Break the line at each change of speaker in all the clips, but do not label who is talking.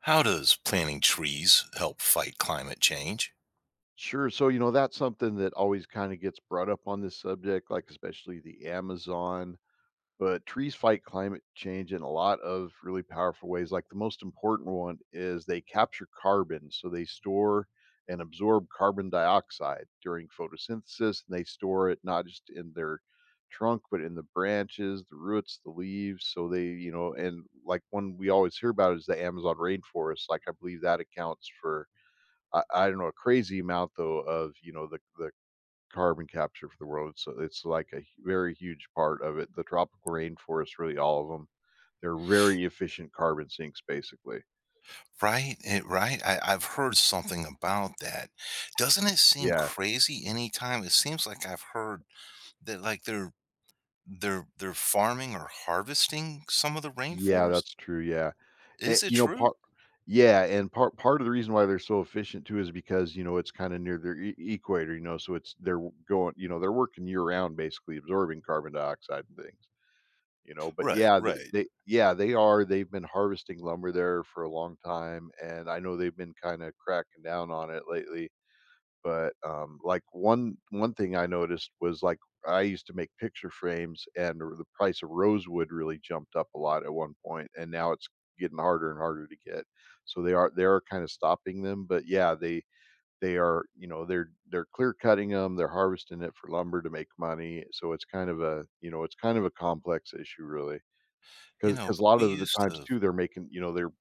How does planting trees help fight climate change?
Sure. So, that's something that always kind of gets brought up on this subject, like especially the Amazon. But trees fight climate change in a lot of really powerful ways. Like the most important one is they capture carbon. So they store and absorb carbon dioxide during photosynthesis. And they store it not just in their trunk, but in the branches, the roots, the leaves. So, and like one we always hear about is the Amazon rainforest. Like I believe that accounts for I don't know, a crazy amount though of, the carbon capture for the world. So it's like a very huge part of it. The tropical rainforest, really all of them, they're very efficient carbon sinks, basically.
Right, it, right. I've heard something about that. Doesn't it seem
Yeah,
crazy anytime? It seems like I've heard that like they're they're farming or harvesting some of the
yeah, that's
rainforest.
true. Yeah, and,
Is it true?
part. Yeah, and part of the reason why they're so efficient too is because it's kind of near their equator, so it's they're w- going, you know, they're working year round, basically absorbing carbon dioxide and things. But
Right,
yeah,
right.
they are. They've been harvesting lumber there for a long time, and I know they've been kinda cracking down on it lately, but, like, one thing I noticed was, I used to make picture frames, and r the price of rosewood really jumped up a lot at one point, and now it's getting harder and harder to get. So they are kinda stopping them, but yeah, they're clear cutting them. 'Em, they're harvesting it for lumber to make money, so it's it's kind of a complex issue, really.
You
Because
know,
because a
but
lot
we
of the
used
times
to.
too, they're making you know, they're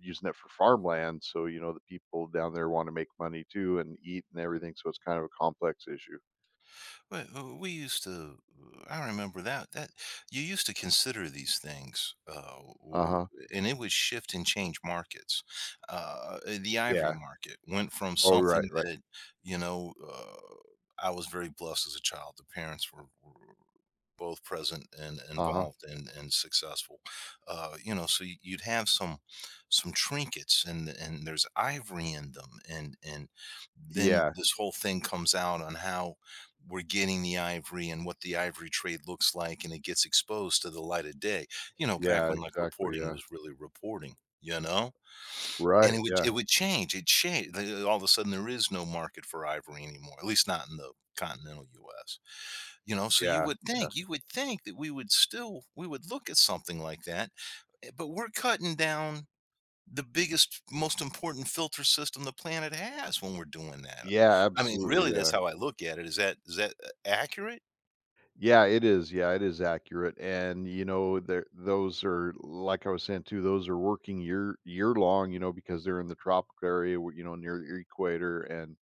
using it for farmland, so, the people down there wanna make money too and eat and everything, so it's kind of a complex issue.
Well, we used to. I remember that. That you used to consider these things,
Uh-huh.
and it would shift and change markets. The ivory
Yeah.
market went from
Oh, right,
something
right.
that you know. I was very blessed as a child. The parents were both present and
Uh-huh.
involved and successful. You know, so you'd have some trinkets and there's ivory in them, and then
Yeah.
this whole thing comes out on how we're getting the ivory and what the ivory trade looks like, and it gets exposed to the light of day. You know, back
Yeah,
when like
exactly,
reporting
yeah.
was really reporting, you know. And
Right,
it would it
yeah.
would change. It changed. All of a sudden, there is no market for ivory anymore, at least not in the continental U.S. You know, so you
Yeah,
would
yeah.
think you would think that we would still, we would look at something like that, but we're cutting down the biggest, most important filter system the planet has when we're doing that.
Yeah,
I mean,
absolutely,
really,
yeah.
that's how I look at it. Is that accurate?
Yeah, it is accurate, and, there those are like I was saying too, those are working year long, because they're in the tropical area where near the equator and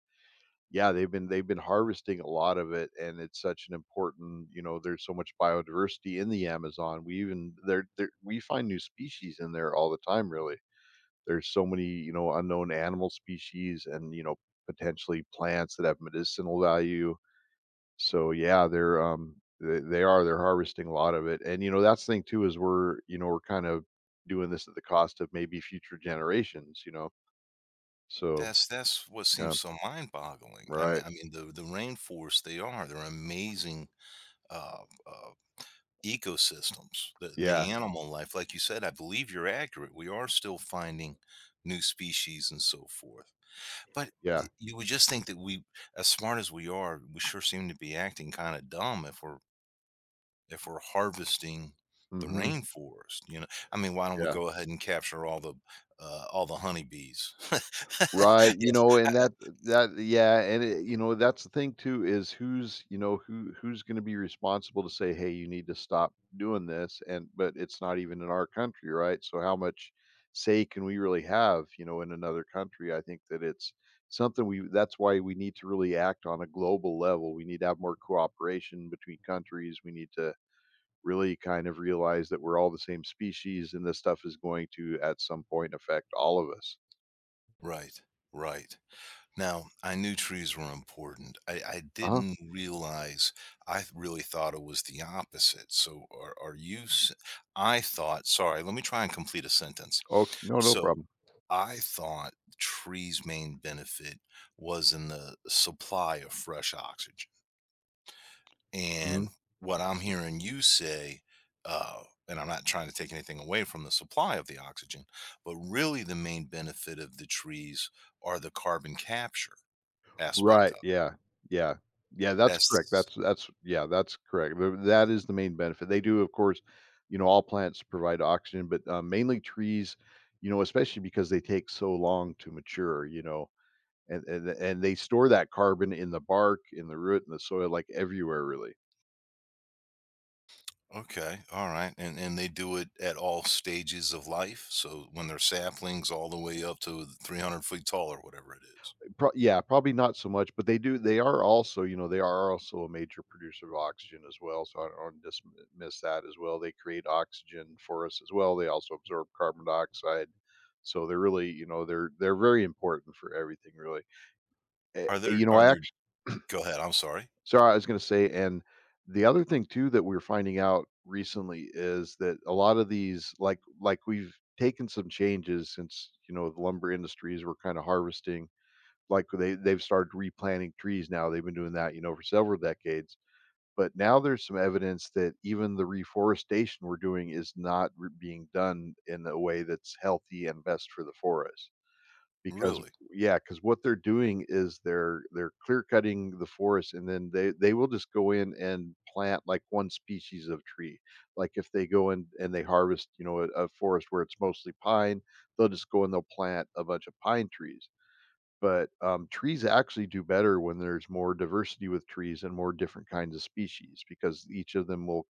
Yeah, they've been harvesting a lot of it, and it's such an important, there's so much biodiversity in the Amazon. We find new species in there all the time, really. There's so many, unknown animal species and, potentially plants that have medicinal value. So yeah, they're they are they're harvesting a lot of it. And that's the thing too is we're kind of doing this at the cost of maybe future generations. So,
That's what
yeah,
seems so mind-boggling. I mean,
right.
I mean the rainforest, they are, they're amazing, uh, uh, ecosystems. The
Yeah.
animal life, like you said, I believe you're accurate. We are still finding new species and so forth. But
Yeah.
y you would just think that we, as smart as we are, we sure seem to be acting kinda dumb if we're harvesting the
Mhm.
rainforest, you know? I mean, why don't we
Yeah.
go ahead and capture all the honeybees?
Right,
Yes, I.
and that's the thing too is who's going to be responsible to say, "Hey, you need to stop doing this." And but it's not even in our country, right? So how much say can we really have, in another country? I think that it's something we that's why we need to really act on a global level. We need to have more cooperation between countries. We need to really kind of realize that we're all the same species and this stuff is going to at some point affect all of us.
Right, right. Now, I knew trees were important. I didn't realize. I th really thought it was the opposite. So, are are you s. I thought, sorry, let me try and complete a sentence.
Ok no, no
So
problem.
I thought trees' main benefit was in the supply of fresh oxygen. And
Mhm.
what I'm hearing you say, and I'm not trying to take anything away from the supply of the oxygen, but really the main benefit of the trees are the carbon capture aspect
Right,
of it.
yeah, yeah. Yeah, that's correct.
That's
That's correct. Th that is the main benefit. They do, of course, all plants provide oxygen, but, mainly trees, especially because they take so long to mature, and they store that carbon in the bark, in the root, in the soil, like, everywhere, really.
okay. All right. And they do it at all stages of life. So when they're saplings all the way up to 300 feet tall or whatever it is.
Probably not so much, but they do they are also, you know, they are also a major producer of oxygen as well, so I don't want to dismiss that as well. They create oxygen for us as well. They also absorb carbon dioxide. So they're really, they're very important for everything really. Eh,
Are
eh,
there
you know,
are
I
there
actually
go ahead. I'm sorry.
sorry, I was gonna say, and the other thing too that we're finding out recently is that a lot of these like we've taken some changes since, the lumber industries were kind of harvesting like they've started replanting trees now. They've been doing that, for several decades. But now there's some evidence that even the reforestation we're doing is not being done in a way that's healthy and best for the forest. Because
Really?
yeah, because what they're doing is they're clear cutting the forest, and then they will just go in and plant like one species of tree. Like if they go in and they harvest, a forest where it's mostly pine, they'll just go and they'll plant a bunch of pine trees but, trees actually do better when there's more diversity with trees and more different kinds of species because each of them will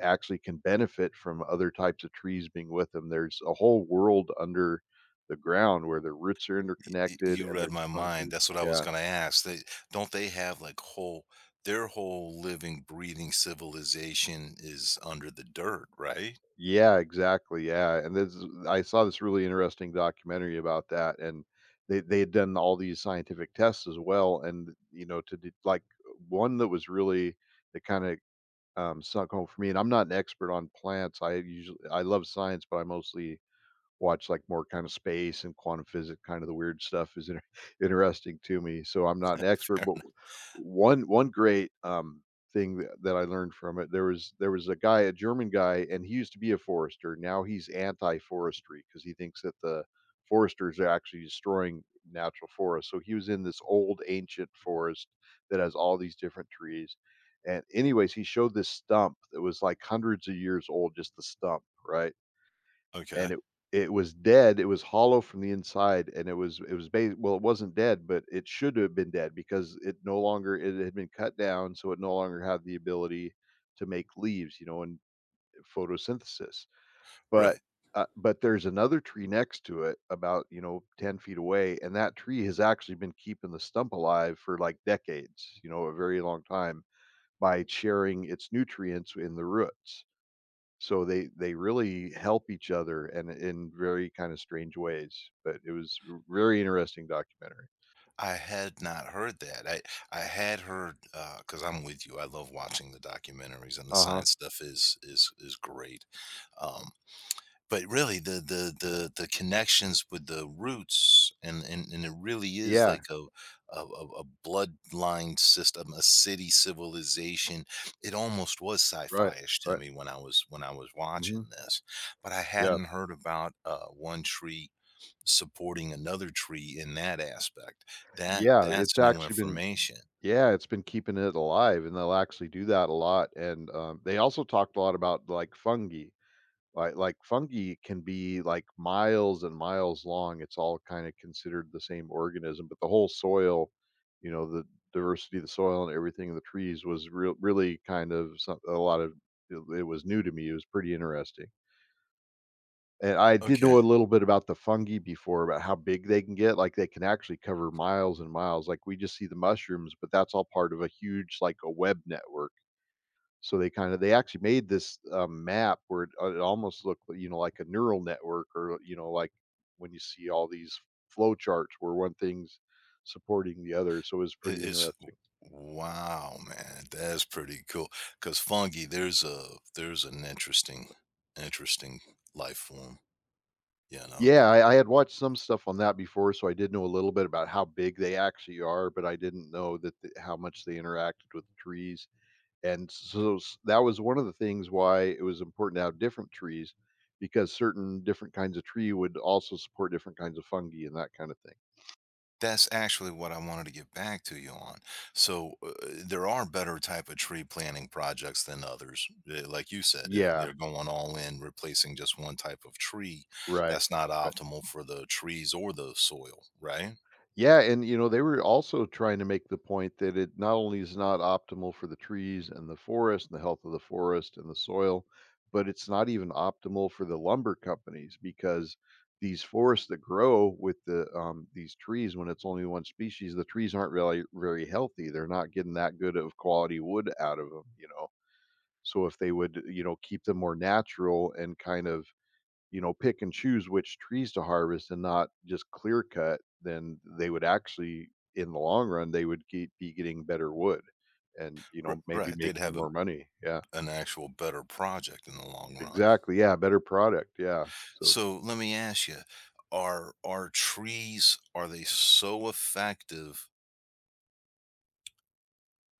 actually can benefit from other types of trees being with them. There's a whole world under the ground where the roots are interconnected
You
and
read
there's
my mind.
funky.
That's what I was
Yeah.
going to ask. They, don't they have like whole, their whole living, breathing civilization is under the dirt, right?
Yeah, exactly, yeah, and this is I saw this really interesting documentary about that, and they had done all these scientific tests as well, and, one that was really that kinda snuck home for me, and I'm not an expert on plants. I love science, but I mostly watch like more kind of space and quantum physics, kind of the weird stuff is inter- interesting to me. So I'm not an expert,
Fair
but
enough.
one great thing that I learned from it there was a guy, a German guy, and he used to be a forester. Now he's anti-forestry because he thinks that the foresters are actually destroying natural forests. So he was in this old ancient forest that has all these different trees. And anyways, he showed this stump that was like hundreds of years old, just the stump, right?
Okay,
And it was dead, it was hollow from the inside, and it was ba well, it wasn't dead, but it should have been dead because it no longer it had been cut down, so it no longer had the ability to make leaves, and photosynthesis. But,
right.
but there's another tree next to it about, 10 feet away, and that tree has actually been keeping the stump alive for, like, decades, a very long time by sharing its nutrients in the roots. So they really help each other and in very kind of strange ways, but it was r very interesting documentary.
I had not heard that. I had heard, because I'm with you. I love watching the documentaries and the
Uh-huh.
science stuff is great. Um, But really, the connections with the roots, and it really is
Yeah.
like a bloodline system, a city civilization. It almost was
Right,
sci-fi-ish to
right.
me when I was
Mhm.
watching this, but I
Yeah.
hadn't heard about one tree supporting another tree in that aspect. That
Yeah,
that's new information.
it's been keeping it alive, and they'll actually do that a lot, and, they also talked a lot about, like, fungi. Like fungi can be like miles and miles long. It's all kind of considered the same organism, but the whole soil, the diversity of the soil and everything in the trees was really kind of a lot of it. It was new to me. It was pretty interesting. And I did
Okay.
know a little bit about the fungi before, about how big they can get. Like they can actually cover miles and miles. Like we just see the mushrooms, but that's all part of a huge, like a web network, so they actually made this, map where it almost looked, like a neural network or, like when you see all these flow charts where one thing's supporting the other, so it was
It
pretty
is,
interesting.
wow, man, that's pretty cool. Cause fungi, there's a there's an interesting interesting life form, you know?
Yeah, I had watched some stuff on that before, so I did know a little bit about how big they actually are, but I didn't know that the how much they interacted with trees, and so s that was one of the things why it was important to have different trees, because certain different kinds of tree would also support different kinds of fungi and that kinda thing.
That's actually what I wanted to get back to you on. So, there are better type of tree planting projects than others. Eh, like you said, if
Yeah.
they're going all in replacing just one type of tree,
Right,
that's not
right.
optimal for the trees or the soil, right?
Yeah, and, they were also trying to make the point that it not only is not optimal for the trees and the forest and the health of the forest and the soil, but it's not even optimal for the lumber companies because these forests that grow with these trees when it's only one species, the trees aren't really very healthy. They're not getting that good of quality wood out of them, you know? So if they would, keep them more natural and kind of pick and choose which trees to harvest and not just clear cut, then they would actually, in the long run, they would ge be getting better wood and,
R
maybe
right, they'd
making
have a
more money. Yeah,
an actual better project in the long run.
exactly. Yeah, better product. Yeah. So
So let me ask you, are trees, are they so effective?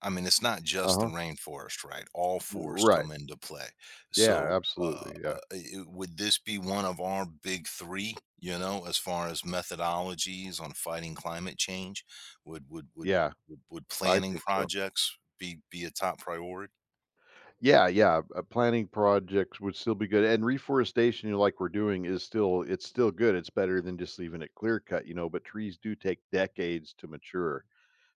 I mean, it's not just the
uh-huh.
rainforest, right? All forests
Right.
come into play.
Yeah,
So
absolutely. Yeah.
would this be one of our big three? You know, as far as methodologies on fighting climate change, would would would
Yeah,
would
I
planning
think so.
projects be a top priority?
Yeah, yeah, planting projects would still be good, and reforestation, like we're doing is still it's still good. It's better than just leaving it clear cut, but trees do take decades to mature.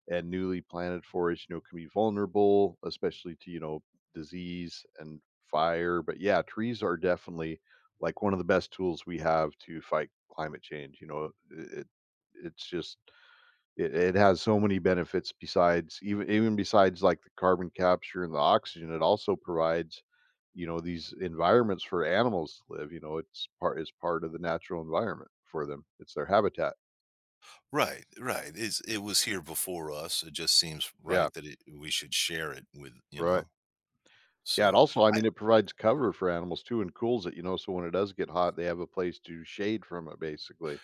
And newly planted forest, can be vulnerable, especially to, disease and fire. But yeah, trees are definitely like one of the best tools we have to fight climate change. It, it it's just it, it has so many benefits besides even besides like the carbon capture and the oxygen. It also provides these environments for animals to live. It's part of the natural environment for them. It's their habitat.
Right, right. It's, it was here before us. It just seems
Yeah.
right that it, we should share it with, you know.
Right. Yeah, and
So,
also, I mean, it provides cover for animals too and cools it, so when it does get hot, they have a place to shade from it basically.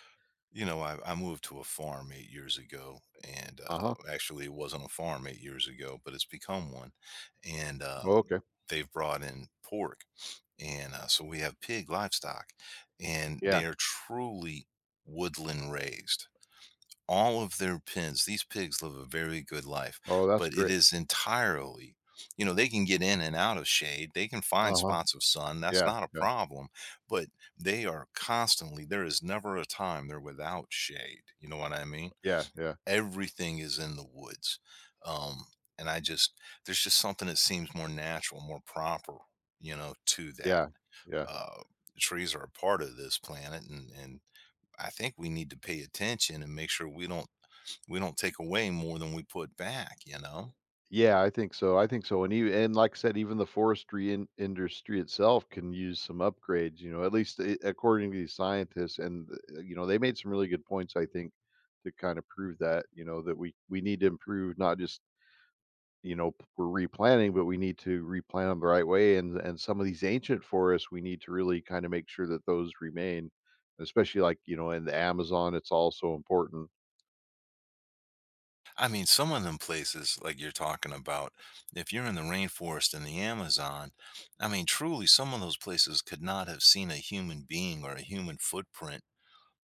you know, I moved to a farm 8 years ago, and
Uh-huh.
actually, it wasn't a farm 8 years ago, but it's become one. And
Oh, okay.
they've brought in pork, and so we have pig livestock, and they
Yeah.
are truly woodland raised. All of their pens, these pigs live a very good life,
Oh, that's
but it
great.
is entirely, you know, they can get in and out of shade. They can find
Uh-huh.
spots of sun. That's
Yeah,
not a
yeah,
problem, but they are constantly, there is never a time they're without shade. You know what I mean?
yeah, yeah,
Everything is in the woods. Um, and I just, there's just something that seems more natural, more proper, you know, to that.
yeah, yeah.
Uh, Trees are a part of this planet, and I think we need to pay attention and make sure we don't take away more than we put back, you know?
Yeah, I think so, and like I said, even the forestry in industry itself can use some upgrades, at least a according to these scientists, and, they made some really good points, I think, to kind of prove that, that we need to improve not just we're replanting, but we need to replant them the right way. And some of these ancient forests, we need to really kind of make sure that those remain, especially like in the Amazon, it's also important,
I mean, some of them places like you're talking about, if you're in the rainforest in the Amazon, I mean, truly, some of those places could not have seen a human being or a human footprint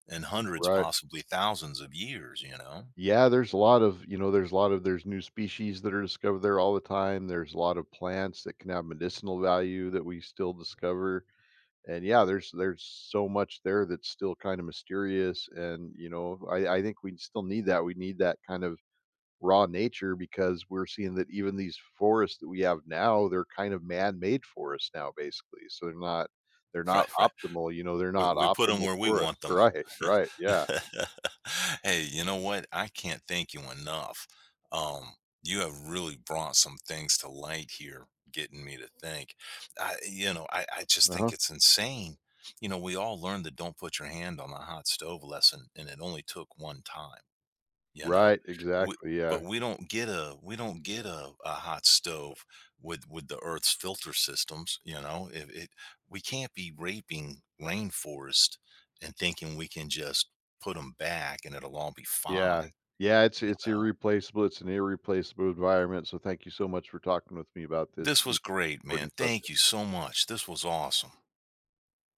in hundreds,
right?
possibly thousands of years, you know?
Yeah, there's a lot of you know, there's a lot of there's new species that are discovered there all the time. There's a lot of plants that can have medicinal value that we still discover. And yeah, there's so much there that's still kind of mysterious. And I think we still need that. We need that kind of raw nature because we're seeing that even these forests that we have now, they're kind of man-made forests now basically. So they're not
Right,
optimal, they're
We
not
we put them
optimal
where we want
forests.
them.
Right, right, yeah.
Hey, you know what? I can't thank you enough. Um, you have really brought some things to light here, getting me to think. I, you know, I just think
Uh-huh.
it's insane. You know, we all learned the don't put your hand on the hot stove lesson, and it only took one time, you know.
Right,
We,
exactly,
but
yeah.
we don't get a we don't get a hot stove with the earth's filter systems, you know, it, we can't be raping rainforest and thinking we can just put them back and it'll all be fine,
Yeah. Yeah, it's
you
it's
know.
irreplaceable, it's an irreplaceable environment. So thank you so much for talking with me about this
This was great, man.
important
Thank you
subject.
so much. This was awesome.